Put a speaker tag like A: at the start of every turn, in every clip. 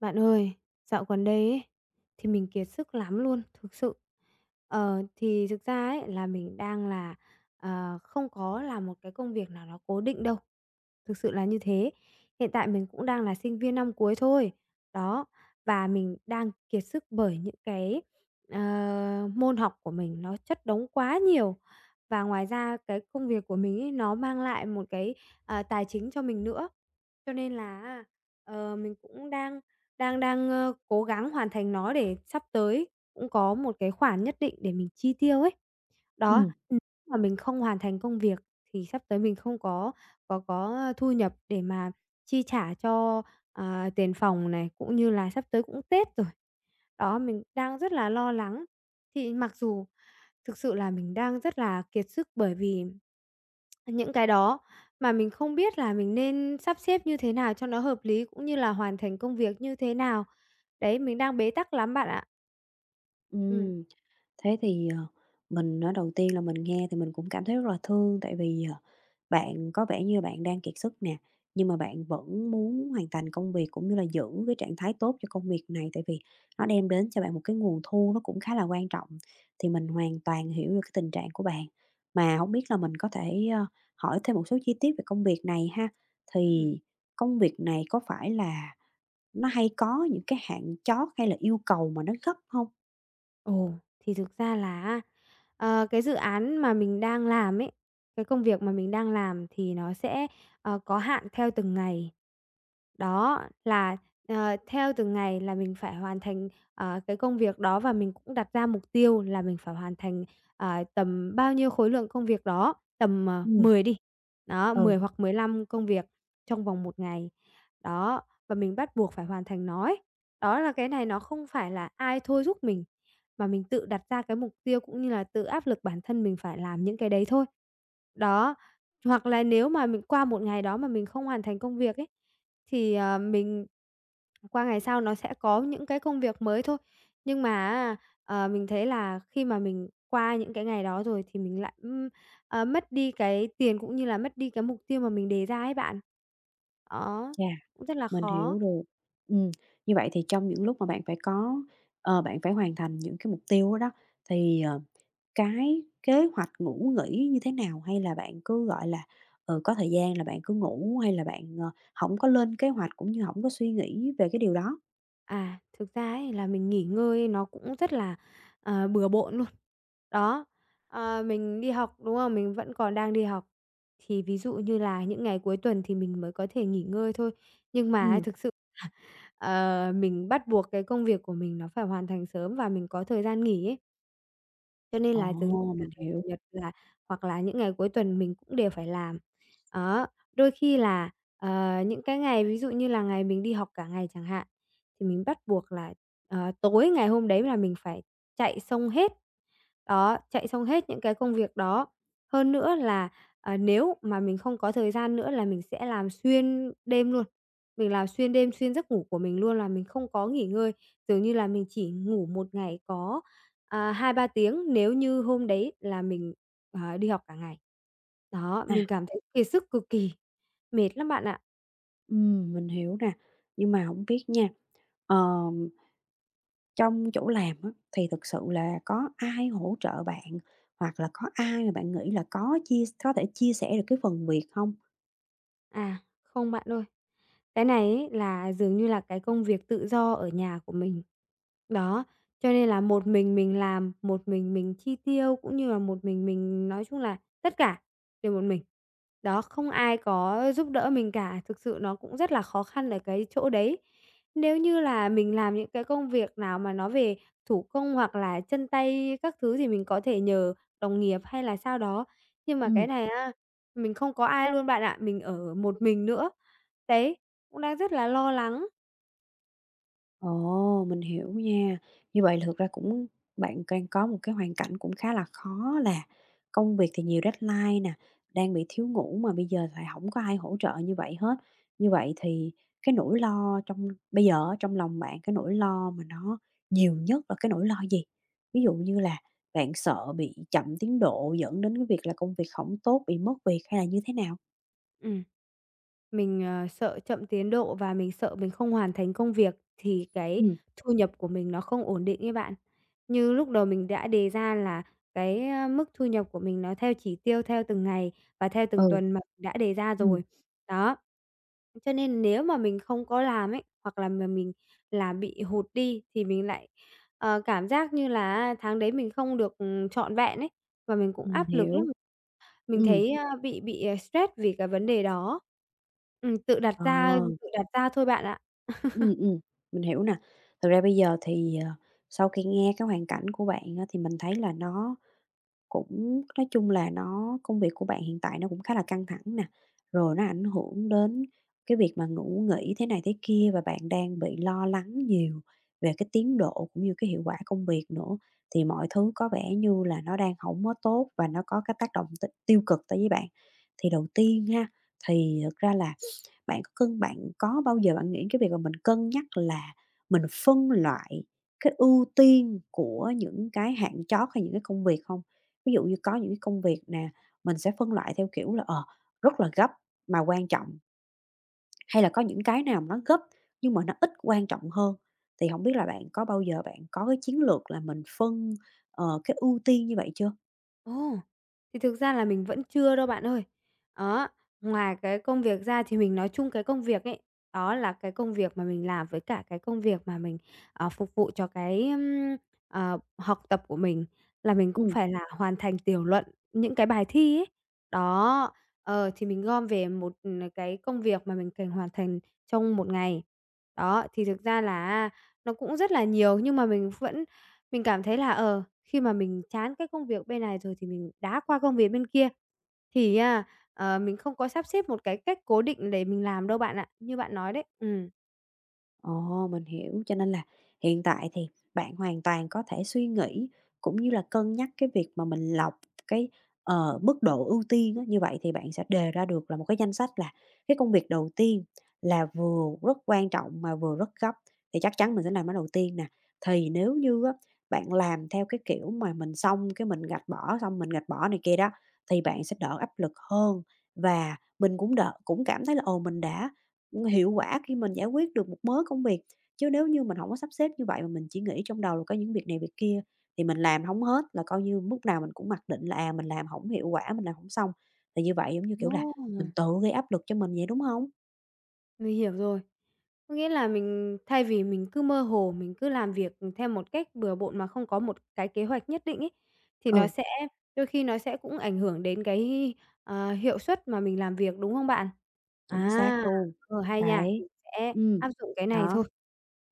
A: Bạn ơi, dạo gần đây ấy, thì mình kiệt sức lắm luôn, thực sự. Thì thực ra ấy là mình đang là, không có là một cái công việc nào nó cố định đâu, thực sự là như thế. Hiện tại mình cũng đang là sinh viên năm cuối thôi, đó, và mình đang kiệt sức bởi những cái, môn học của mình nó chất đống quá nhiều. Và ngoài ra cái công việc của mình ấy, nó mang lại một cái, tài chính cho mình nữa. Cho nên là á, mình cũng đang đang đang, cố gắng hoàn thành nó để sắp tới cũng có một cái khoản nhất định để mình chi tiêu ấy. Đó,
B: Ừm,
A: mà mình không hoàn thành công việc thì sắp tới mình không có thu nhập để mà chi trả cho, tiền phòng này, cũng như là sắp tới cũng Tết rồi. Đó, mình đang rất là lo lắng. Thì mặc dù thực sự là mình đang rất là kiệt sức bởi vì những cái đó mà mình không biết là mình nên sắp xếp như thế nào cho nó hợp lý, cũng như là hoàn thành công việc như thế nào. Đấy, mình đang bế tắc lắm bạn ạ. Ừ.
B: ừm. Thế thì, ờ, mình nói đầu tiên là mình nghe thì mình cũng cảm thấy rất là thương, tại vì, bạn có vẻ như bạn đang kiệt sức nè, nhưng mà bạn vẫn muốn hoàn thành công việc cũng như là giữ cái trạng thái tốt cho công việc này, tại vì nó đem đến cho bạn một cái nguồn thu nó cũng khá là quan trọng. Thì mình hoàn toàn hiểu được cái tình trạng của bạn. Mà không biết là mình có thể, hỏi thêm một số chi tiết về công việc này ha?
A: Ừ.
B: Thì công việc này có phải là nó hay có những cái hạn chót hay là yêu cầu mà nó gấp không?
A: Ồ, thì thực ra là á, cái dự án mà mình đang làm ấy, cái công việc mà mình đang làm thì nó sẽ, có hạn theo từng ngày. Đó, là, theo từng ngày là mình phải hoàn thành, cái công việc đó và mình cũng đặt ra mục tiêu là mình phải hoàn thành, tầm bao nhiêu khối lượng công việc đó, tầm, 10 đi, đó,
B: Ừ,
A: 10 hoặc 15 công việc trong vòng một ngày. Đó, và mình bắt buộc phải hoàn thành nó ấy. Đó là cái này nó không phải là ai thôi giúp mình. Và mình tự đặt ra cái mục tiêu cũng như là tự áp lực bản thân mình phải làm những cái đấy thôi. Đó, hoặc là nếu mà mình qua một ngày đó mà mình không hoàn thành công việc ấy, thì, mình qua ngày sau nó sẽ có những cái công việc mới thôi. Nhưng mà á, mình thấy là khi mà mình qua những cái ngày đó rồi thì mình lại, mất đi cái tiền cũng như là mất đi cái mục tiêu mà mình đề ra ấy bạn. Đó,
B: chà,
A: cũng rất là
B: mình
A: khó.
B: hiểu được. Ừm, như vậy thì trong những lúc mà bạn phải có bạn phải hoàn thành những cái mục tiêu đó đó, thì, cái kế hoạch ngủ nghỉ như thế nào? Hay là bạn cứ, gọi là, ừ, có thời gian là bạn cứ ngủ, hay là bạn, hổng có lên kế hoạch cũng như không có suy nghĩ về cái điều đó?
A: À, thực ra ấy là mình nghỉ ngơi nó cũng rất là, bừa bộn luôn. Đó, mình đi học, đúng không? Mình vẫn còn đang đi học, thì ví dụ như là những ngày cuối tuần thì mình mới có thể nghỉ ngơi thôi. Nhưng mà ấy
B: Ừm,
A: thực sự, mình bắt buộc cái công việc của mình nó phải hoàn thành sớm và mình có thời gian nghỉ ấy. Cho nên là dường như
B: ồ,
A: là
B: mình
A: ngày Chủ
B: hiểu.
A: nhật là hoặc là những ngày cuối tuần mình cũng đều phải làm. Đó, đôi khi là, những cái ngày ví dụ như là ngày mình đi học cả ngày chẳng hạn, thì mình bắt buộc là, tối ngày hôm đấy là mình phải chạy xong hết. Đó, chạy xong hết những cái công việc đó. Hơn nữa là, nếu mà mình không có thời gian nữa là mình sẽ làm xuyên đêm luôn. Mình làm xuyên đêm, xuyên giấc ngủ của mình luôn là mình không có nghỉ ngơi, dường như là mình chỉ ngủ một ngày có 2-3 tiếng nếu như hôm đấy là mình, đi học cả ngày. Đó,
B: À,
A: mình cảm thấy kiệt sức cực kỳ, mệt lắm bạn ạ.
B: mình hiểu nè, nhưng mà không biết nha, ờ trong chỗ làm á, thì thực sự là có ai hỗ trợ bạn, hoặc là có ai mà bạn nghĩ là có thể chia sẻ được cái phần việc hông?
A: À, không bạn ơi. Cái này ấy là dường như là cái công việc tự do ở nhà của mình. Đó, cho nên là một mình làm, một mình chi tiêu, cũng như là một mình nói chung là tất cả đều một mình. Đó, không ai có giúp đỡ mình cả, thực sự nó cũng rất là khó khăn ở cái chỗ đấy. Nếu như là mình làm những cái công việc nào mà nó về thủ công hoặc là chân tay các thứ thì mình có thể nhờ đồng nghiệp hay là sao đó, nhưng mà cái
B: Ừm.
A: này á mình không có ai luôn bạn ạ, mình ở một mình nữa. Đấy, cũng đang rất là lo lắng.
B: Ồ, mình hiểu nha. Như vậy là thực ra cũng bạn đang có một cái hoàn cảnh cũng khá là khó là công việc thì nhiều deadline nè, đang bị thiếu ngủ mà bây giờ lại không có ai hỗ trợ như vậy hết. Như vậy thì cái nỗi lo trong bây giờ á, trong lòng bạn, cái nỗi lo mà nó nhiều nhất là cái nỗi lo gì? Ví dụ như là bạn sợ bị chậm tiến độ dẫn đến cái việc là công việc không tốt, bị mất việc hay là như thế nào?
A: Ừm, mình, sợ chậm tiến độ và mình sợ mình không hoàn thành công việc thì cái
B: Ừ,
A: thu nhập của mình nó không ổn định ấy bạn. Như lúc đầu mình đã đề ra là cái, mức thu nhập của mình nó theo chỉ tiêu theo từng ngày và theo
B: ừ,
A: từng tuần mà mình đã đề ra
B: ừm,
A: rồi. Đó. Cho nên nếu mà mình không có làm ấy, hoặc là mà mình làm bị hụt đi thì mình lại, cảm giác như là tháng đấy mình không được, trọn vẹn ấy, và mình cũng
B: mình
A: áp lực lắm.
B: hiểu.
A: Mình
B: Ừ,
A: thấy, bị, stress vì cái vấn đề đó. Ừm, tự đặt
B: ờ.
A: ra tự đặt ra thôi bạn ạ.
B: Ừ, mình hiểu nè. Thực ra bây giờ thì, sau khi nghe cái hoàn cảnh của bạn á, thì mình thấy là nó cũng nói chung là nó công việc của bạn hiện tại nó cũng khá là căng thẳng nè, rồi nó ảnh hưởng đến cái việc mà ngủ nghỉ thế này thế kia và bạn đang bị lo lắng nhiều về cái tiến độ cũng như cái hiệu quả công việc nữa, thì mọi thứ có vẻ như là nó đang không có tốt và nó có cái tác động tiêu cực tới với bạn. Thì đầu tiên ha, thì thực ra là bạn có bao giờ bạn nghĩ cái việc mà mình cân nhắc là mình phân loại cái ưu tiên của những cái hạn chót hay những cái công việc không? Ví dụ như có những cái công việc nè, mình sẽ phân loại theo kiểu là, rất là gấp mà quan trọng, hay là có những cái nào mà nó gấp nhưng mà nó ít quan trọng hơn. Thì không biết là bạn có cái chiến lược là mình phân, cái ưu tiên như vậy chưa?
A: Ồ! Thì thực ra là mình vẫn chưa đâu bạn ơi. Đó, ngoài cái công việc ra thì mình nói chung cái công việc ấy, đó là cái công việc mà mình làm với cả cái công việc mà mình, phục vụ cho cái, học tập của mình là mình cũng
B: Ừ,
A: phải là hoàn thành tiểu luận những cái bài thi ấy. Đó, thì mình gom về một, cái công việc mà mình cần hoàn thành trong một ngày. Đó, thì thực ra là nó cũng rất là nhiều nhưng mà mình cảm thấy là, khi mà mình chán cái công việc bên này rồi thì mình đá qua công việc bên kia, thì mình không có sắp xếp một cái cách cố định để mình làm đâu bạn ạ, như bạn nói đấy. Ừm.
B: ồ, mình hiểu. Cho nên là hiện tại thì bạn hoàn toàn có thể suy nghĩ cũng như là cân nhắc cái việc mà mình lọc cái, mức độ ưu tiên á, như vậy thì bạn sẽ đề ra được là một cái danh sách là cái công việc đầu tiên là vừa rất quan trọng mà vừa rất gấp thì chắc chắn mình sẽ làm nó đầu tiên nè. Thì nếu như á, bạn làm theo cái kiểu mà mình xong cái mình gạch bỏ, xong mình gạch bỏ này kia đó, thì bạn sẽ đỡ áp lực hơn và mình cũng đỡ cũng cảm thấy là, ồ, mình đã hiệu quả khi mình giải quyết được một mớ công việc, chứ nếu như mình không có sắp xếp như vậy mà mình chỉ nghĩ trong đầu là có những việc này việc kia, thì mình làm không hết là coi như lúc nào mình cũng mặc định là, à, mình làm không hiệu quả, mình làm không xong. Thì như vậy, giống như kiểu là,
A: Ồ!
B: mình tự gây áp lực cho mình vậy, đúng không?
A: Mình hiểu rồi. Có nghĩa là mình thay vì mình cứ mơ hồ, mình cứ làm việc, theo một cách bừa bộn mà không có một cái kế hoạch nhất định ấy, thì nó
B: Ừ.
A: sẽ đôi khi nó sẽ cũng ảnh hưởng đến cái, hiệu suất mà mình làm việc, đúng không bạn?
B: Chính xác
A: À,
B: luôn.
A: hay nha,
B: Đấy.
A: mình sẽ
B: Ừm,
A: áp dụng cái này
B: đó.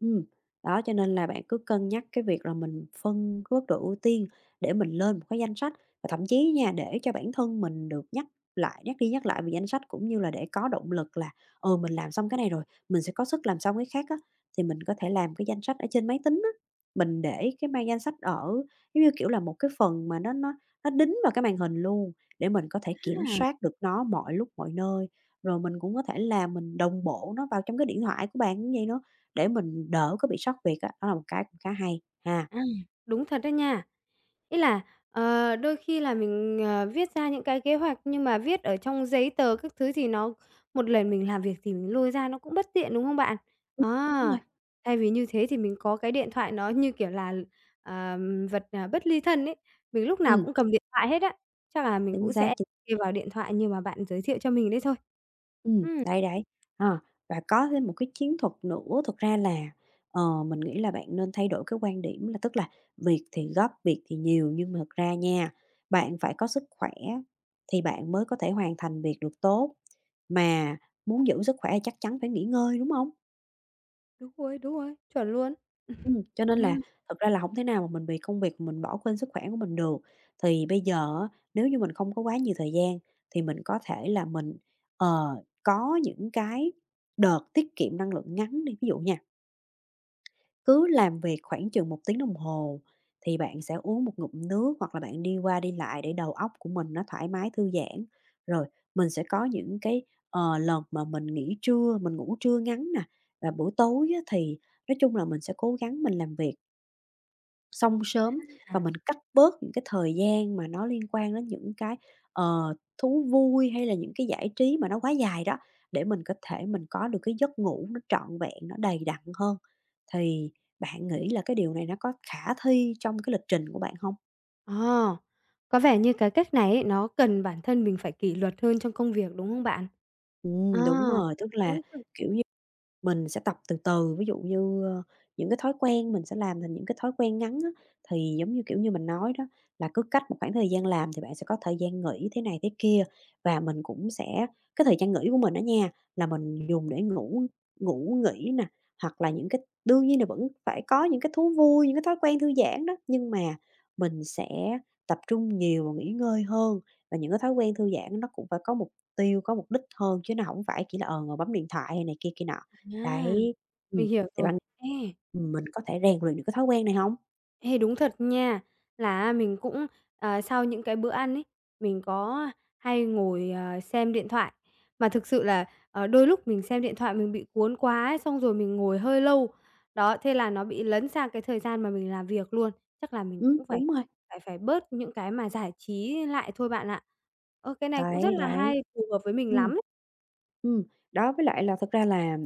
B: Ừm, đó, cho nên là bạn cứ cân nhắc cái việc là mình phân cái mức độ ưu tiên để mình lên một cái danh sách và thậm chí nha, để cho bản thân mình được nhắc lại, nhắc đi nhắc lại về danh sách cũng như là để có động lực là, ừ, mình làm xong cái này rồi, mình sẽ có sức làm xong cái khác á, thì mình có thể làm cái danh sách ở trên máy tính á. Mình để cái mang danh sách ở giống như, kiểu là, một cái phần mà nó đính vào cái màn hình luôn để mình có thể kiểm
A: thôi.
B: soát được nó mọi lúc mọi nơi. Rồi mình cũng có thể là mình đồng bộ nó vào trong cái điện thoại của bạn cũng vậy nữa, để mình đỡ có bị sót việc á, đó là một cái cũng khá hay ha.
A: À, đúng thật đó nha. Ý là, đôi khi là mình, viết ra những cái kế hoạch nhưng mà viết ở trong giấy tờ các thứ thì nó một lần mình làm việc thì mình lôi ra nó cũng bất tiện, đúng không bạn?
B: Ừm, đúng
A: À,
B: rồi.
A: thay vì như thế thì mình có cái điện thoại nó, như kiểu là, ờ, vật, bất ly thân ấy, mình lúc nào
B: Ừm,
A: cũng cầm điện thoại hết á, chắc là mình cũng
B: chính xác,
A: sẽ
B: chính
A: kê vào điện thoại như mà bạn giới thiệu cho mình đấy thôi. Ừm.
B: đấy, đấy. Ờ, và có thêm một cái chiến thuật nữa thực ra là, mình nghĩ là bạn nên thay đổi cái quan điểm là tức là việc thì gấp, việc thì nhiều nhưng mà thực ra nha, bạn phải có sức khỏe thì bạn mới có thể hoàn thành việc được tốt, mà muốn giữ sức khỏe chắc chắn phải nghỉ ngơi, đúng không?
A: Đúng rồi, chuẩn luôn.
B: Cho nên
A: Ừm,
B: là thật ra là hổng thể nào mà mình vì công việc mà mình bỏ quên sức khỏe của mình được. Thì bây giờ á, nếu như mình không có quá nhiều thời gian thì mình có thể là mình, ờ, có những cái đợt tiết kiệm năng lượng ngắn đi, ví dụ nha, cứ làm việc khoảng chừng một tiếng đồng hồ thì bạn sẽ uống một ngụm nước hoặc là bạn đi qua đi lại để đầu óc của mình nó thoải mái thư giãn. Rồi mình sẽ có những cái, lần mà mình nghỉ trưa, mình ngủ trưa ngắn nè, và buổi tối á thì nói chung là mình sẽ cố gắng mình làm việc xong sớm và
A: à.
B: mình cắt bớt những cái thời gian mà nó liên quan đến những cái, ờ, thú vui hay là những cái giải trí mà nó quá dài đó, để mình có thể mình có được cái giấc ngủ nó trọn vẹn, nó đầy đặn hơn. Thì bạn nghĩ là cái điều này nó có khả thi trong cái lịch trình của bạn không?
A: Ờ, có vẻ như cái cách này ấy, nó cần bản thân mình phải kỷ luật hơn trong công việc, đúng không bạn? À,
B: Đúng rồi, tức là,
A: đúng rồi,
B: kiểu mình sẽ tập từ từ, ví dụ như, những cái thói quen mình sẽ làm thành những cái thói quen ngắn á, thì giống như, kiểu như, mình nói đó, là cứ cách một khoảng thời gian làm thì bạn sẽ có thời gian nghỉ thế này thế kia. Và mình cũng sẽ cái thời gian nghỉ của mình đó nha, là mình dùng để ngủ ngủ nghỉ nè, hoặc là những cái đương nhiên là vẫn phải có những cái thú vui, những cái thói quen thư giãn đó, nhưng mà mình sẽ tập trung nhiều vào nghỉ ngơi hơn. Và những cái thói quen thư giãn nó cũng phải có mục tiêu, có mục đích hơn, chứ nó không phải chỉ là, ngồi bấm điện thoại hay này kia kia nọ.
A: à,
B: Đấy, ừm,
A: mình hiểu
B: thì
A: rồi.
B: bạn
A: Ê
B: mình có thể rèn luyện được cái thói quen này hông?
A: Ê, đúng thật nha, là mình cũng, sau những cái bữa ăn ấy, mình có hay ngồi, xem điện thoại. Mà thực sự là, đôi lúc mình xem điện thoại mình bị cuốn quá ấy, xong rồi mình ngồi hơi lâu. Đó, thế là nó bị lấn sang cái thời gian mà mình làm việc luôn. Chắc là mình cũng phải
B: Đúng rồi.
A: phải phải bớt những cái mà giải trí lại thôi bạn ạ. Cái này cũng rất
B: Đấy,
A: là
B: đấy.
A: hay, phù hợp với mình
B: Ừm.
A: lắm.
B: Ừm, đó, với lại là thật ra là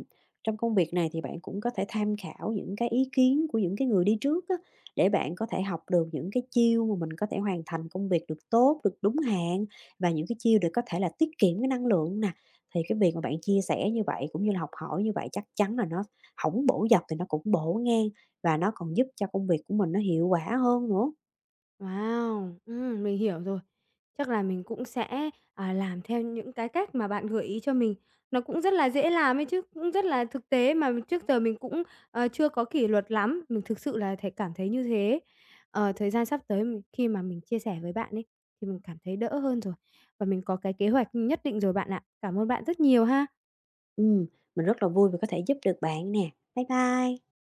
B: trong công việc này thì bạn cũng có thể tham khảo những cái ý kiến của những cái người đi trước á, để bạn có thể học được những cái chiêu mà mình có thể hoàn thành công việc được tốt, được đúng hạn và những cái chiêu để có thể là tiết kiệm cái năng lượng nè. Thì cái việc mà bạn chia sẻ như vậy cũng như là học hỏi như vậy chắc chắn là nó hổng bổ dọc thì nó cũng bổ ngang và nó còn giúp cho công việc của mình nó hiệu quả hơn nữa.
A: Wow! Mình hiểu rồi. Chắc là mình cũng sẽ, làm theo những cái cách mà bạn gợi ý cho mình. Nó cũng rất là dễ làm ấy chứ, cũng rất là thực tế mà trước giờ mình cũng, chưa có kỷ luật lắm, mình thực sự là thấy cảm thấy như thế. Thời gian sắp tới mình khi mà mình chia sẻ với bạn ấy, thì mình cảm thấy đỡ hơn rồi, và mình có cái kế hoạch nhất định rồi bạn ạ. Cảm ơn bạn rất nhiều ha!
B: Ừm, mình rất là vui vì có thể giúp được bạn nè. Bye bye.